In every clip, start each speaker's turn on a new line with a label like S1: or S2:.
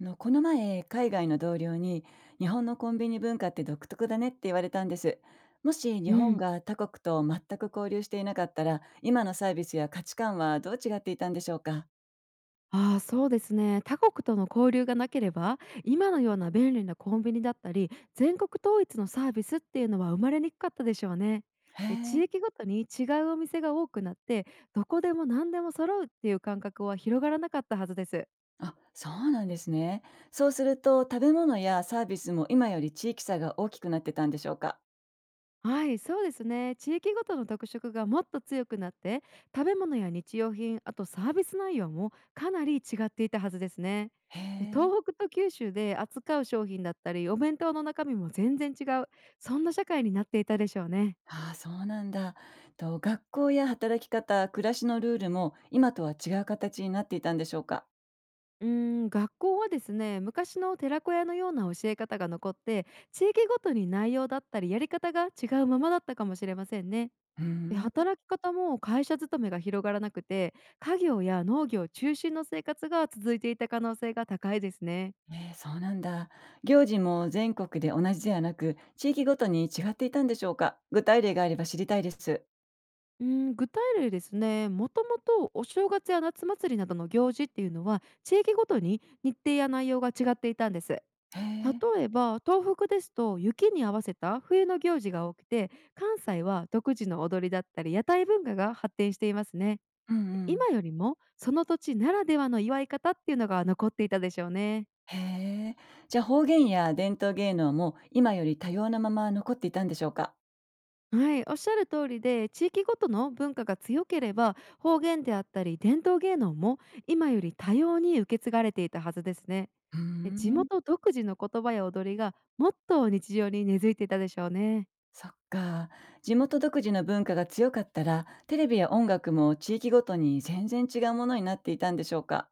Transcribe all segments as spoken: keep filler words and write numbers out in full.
S1: あのこの前海外の同僚に日本のコンビニ文化って独特だねって言われたんです。もし日
S2: う
S1: 本
S2: ん。
S1: が他国と全く交流していなかったら、今のサービスや価値観はどう違っていたんでしょうか。
S2: ああ、そうですね。他国との交流がなければ、今のような便利なコンビニだったり、全国統一のサービスっていうのは生まれにくかったでしょうね。
S1: へ
S2: で地
S1: え、
S2: 域ごとに違うお店が多くなって、どこでも何でも揃うっていう感覚は広がらなかったはずです。
S1: あ、そうなんですね。そうすると食べ物やサービスも今より地域差が大きくなってたんでしょうか。
S2: はい、そうですね。地域ごとの特色がもっと強くなって、食べ物や日用品、あとサービス内容もかなり違っていたはずですね。
S1: へ
S2: で
S1: え、
S2: 東北と九州で扱う商品だったり、お弁当の中身も全然違う、そんな社会になっていたでしょうね。
S1: ああ、そうなんだ。と、学校や働き方、暮らしのルールも今とは違う形になっていたんでしょうか。
S2: うーん、学校はですね、昔の寺子屋のような教え方が残って、地域ごとに内容だったりやり方が違うままだったかもしれませんね。
S1: うー
S2: で、
S1: ん、
S2: 働き方も会社勤めが広がらなくて、家業や農業中心の生活が続いていた可能性が高いですね。
S1: ええ、そうなんだ。行事も全国で同じではなく、地域ごとに違っていたんでしょうか。具体例があれば知りたいです。
S2: うん、具体例ですね。もともとお正月や夏祭りなどの行事っていうのは、地域ごとに日程や内容が違っていたんです。
S1: へえ。
S2: 例えば東北ですと雪に合わせた冬の行事が多くて、関西は独自の踊りだったり屋台文化が発展していますね。
S1: うんうん。
S2: 今よりもその土地ならではの祝い方っていうのが残っていたでしょうね。
S1: へえ。じゃあ方言や伝統芸能も今より多様なまま残っていたんでしょうか。
S2: はい、おっしゃる通りで、地域ごとの文化が強ければ方言であったり伝統芸能も今より多様に受け継がれていたはずですね。
S1: うー
S2: で地
S1: ん。
S2: 元独自の言葉や踊りがもっと日常に根付いていたでしょうね。
S1: そっか。地元独自の文化が強かったら、テレビや音楽も地域ごとに全然違うものになっていたんでしょうか。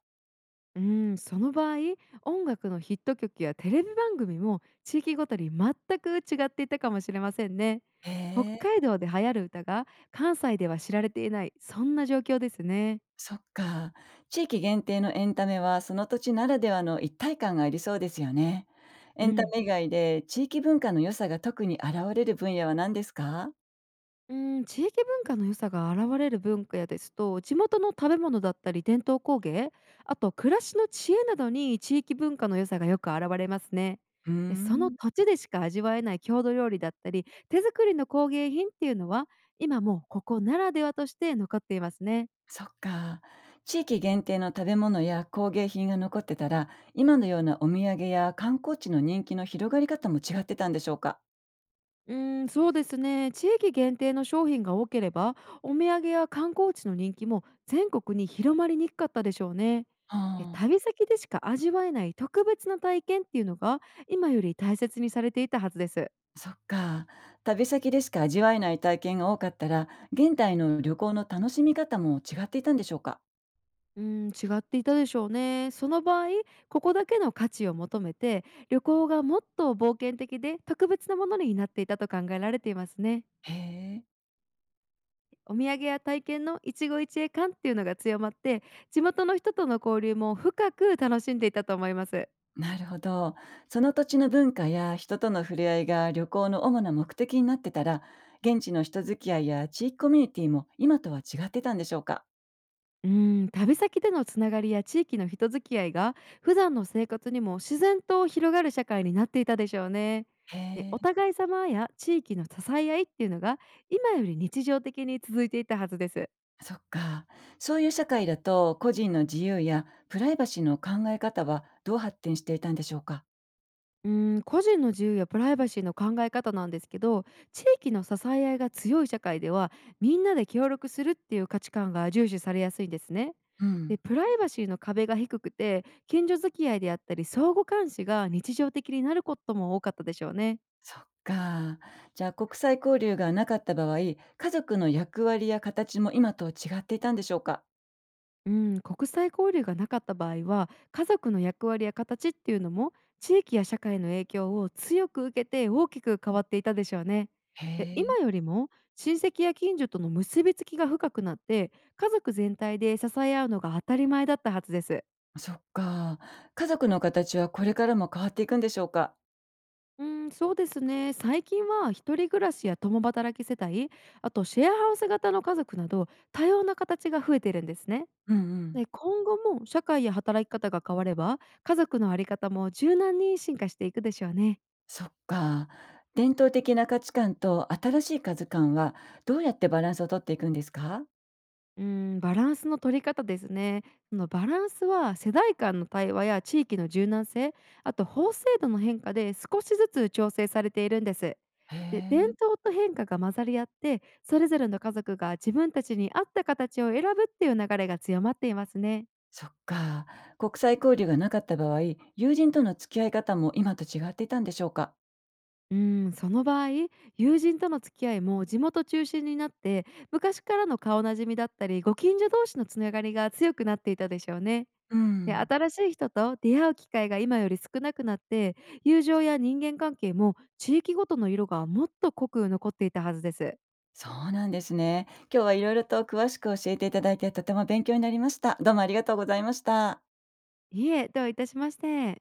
S2: うん、その場合、音楽のヒット曲やテレビ番組も地域ごとに全く違っていたかもしれませんね。
S1: へ
S2: 北
S1: え。
S2: 海道で流行る歌が関西では知られていない、そんな状況ですね。
S1: そっか。地域限定のエンタメはその土地ならではの一体感がありそうですよね。エ
S2: う
S1: ンタ
S2: ん
S1: メ以外で地域文化の良さが特に現れる分野は何ですか。
S2: うん、地域文化の良さが現れる文化やですと、地元の食べ物だったり伝統工芸、あと暮らしの知恵などに地域文化の良さがよく現れますね。
S1: うー
S2: でその
S1: ん、
S2: 土地でしか味わえない郷土料理だったり手作りの工芸品っていうのは、今もうここならではとして残っていますね。
S1: そっか。地域限定の食べ物や工芸品が残ってたら、今のようなお土産や観光地の人気の広がり方も違ってたんでしょうか。
S2: うーん、そうですね。地域限定の商品が多ければ、お土産や観光地の人気も全国に広まりにくかったでしょうね。
S1: は
S2: で、
S1: あ、
S2: 旅先でしか味わえない特別な体験っていうのが今より大切にされていたはずです。
S1: そっか。旅先でしか味わえない体験が多かったら、現代の旅行の楽しみ方も違っていたんでしょうか。
S2: うーん、違っていたでしょうね。その場合、ここだけの価値を求めて、旅行がもっと冒険的で特別なものになっていたと考えられていますね。
S1: へえ。
S2: お土産や体験の一期一会感っていうのが強まって、地元の人との交流も深く楽しんでいたと思います。
S1: なるほど。その土地の文化や人との触れ合いが旅行の主な目的になってたら、現地の人付き合いや地域コミュニティも今とは違ってたんでしょうか。
S2: うん、旅先でのつながりや地域の人付き合いが普段の生活にも自然と広がる社会になっていたでしょうね。
S1: へ
S2: で
S1: え、
S2: お互い様や地域の支え合いっていうのが今より日常的に続いていたはずです。
S1: そっか。そういう社会だと個人の自由やプライバシーの考え方はどう発展していたんでしょうか。
S2: うーん、個人の自由やプライバシーの考え方なんですけど、地域の支え合いが強い社会では、みんなで協力するっていう価値観が重視されやすいんですね。
S1: うん。
S2: でプライバシーの壁が低くて、近所付き合いであったり相互監視が日常的になることも多かったでしょうね。
S1: そっか。じゃあ国際交流がなかった場合、家族の役割や形も今と違っていたんでしょうか。
S2: うん、国際交流がなかった場合は、家族の役割や形っていうのも地域や社会の影響を強く受けて大きく変わっていたでしょうね。
S1: へ
S2: で
S1: え。
S2: 今よりも親戚や近所との結びつきが深くなって、家族全体で支え合うのが当たり前だったはずです。
S1: そっか。家族の形はこれからも変わっていくんでしょうか？
S2: うん、そうですね。最近は一人暮らしや共働き世帯、あとシェアハウス型の家族など多様な形が増えてるんですね。
S1: うんうん。
S2: で、今後も社会や働き方が変われば、家族のあり方も柔軟に進化していくでしょうね。
S1: そっか。伝統的な価値観と新しい価値観はどうやってバランスを取っていくんですか？
S2: うん、バランスの取り方ですね。そのバランスは世代間の対話や地域の柔軟性、あと法制度の変化で少しずつ調整されているんです。
S1: へ
S2: で、伝
S1: え。
S2: 統と変化が混ざり合って、それぞれの家族が自分たちに合った形を選ぶっていう流れが強まっていますね。
S1: そっか。国際交流がなかった場合、友人との付き合い方も今と違っていたんでしょうか？
S2: うーん、その場合、友人との付き合いも地元中心になって、昔からの顔なじみだったり、ご近所同士のつながりが強くなっていたでしょうね。
S1: う
S2: で、
S1: ん。
S2: 新しい人と出会う機会が今より少なくなって、友情や人間関係も地域ごとの色がもっと濃く残っていたはずです。
S1: そうなんですね。今日は色々と詳しく教えていただいて、とても勉強になりました。どうもありがとうございました。
S2: いえ、どういたしまして。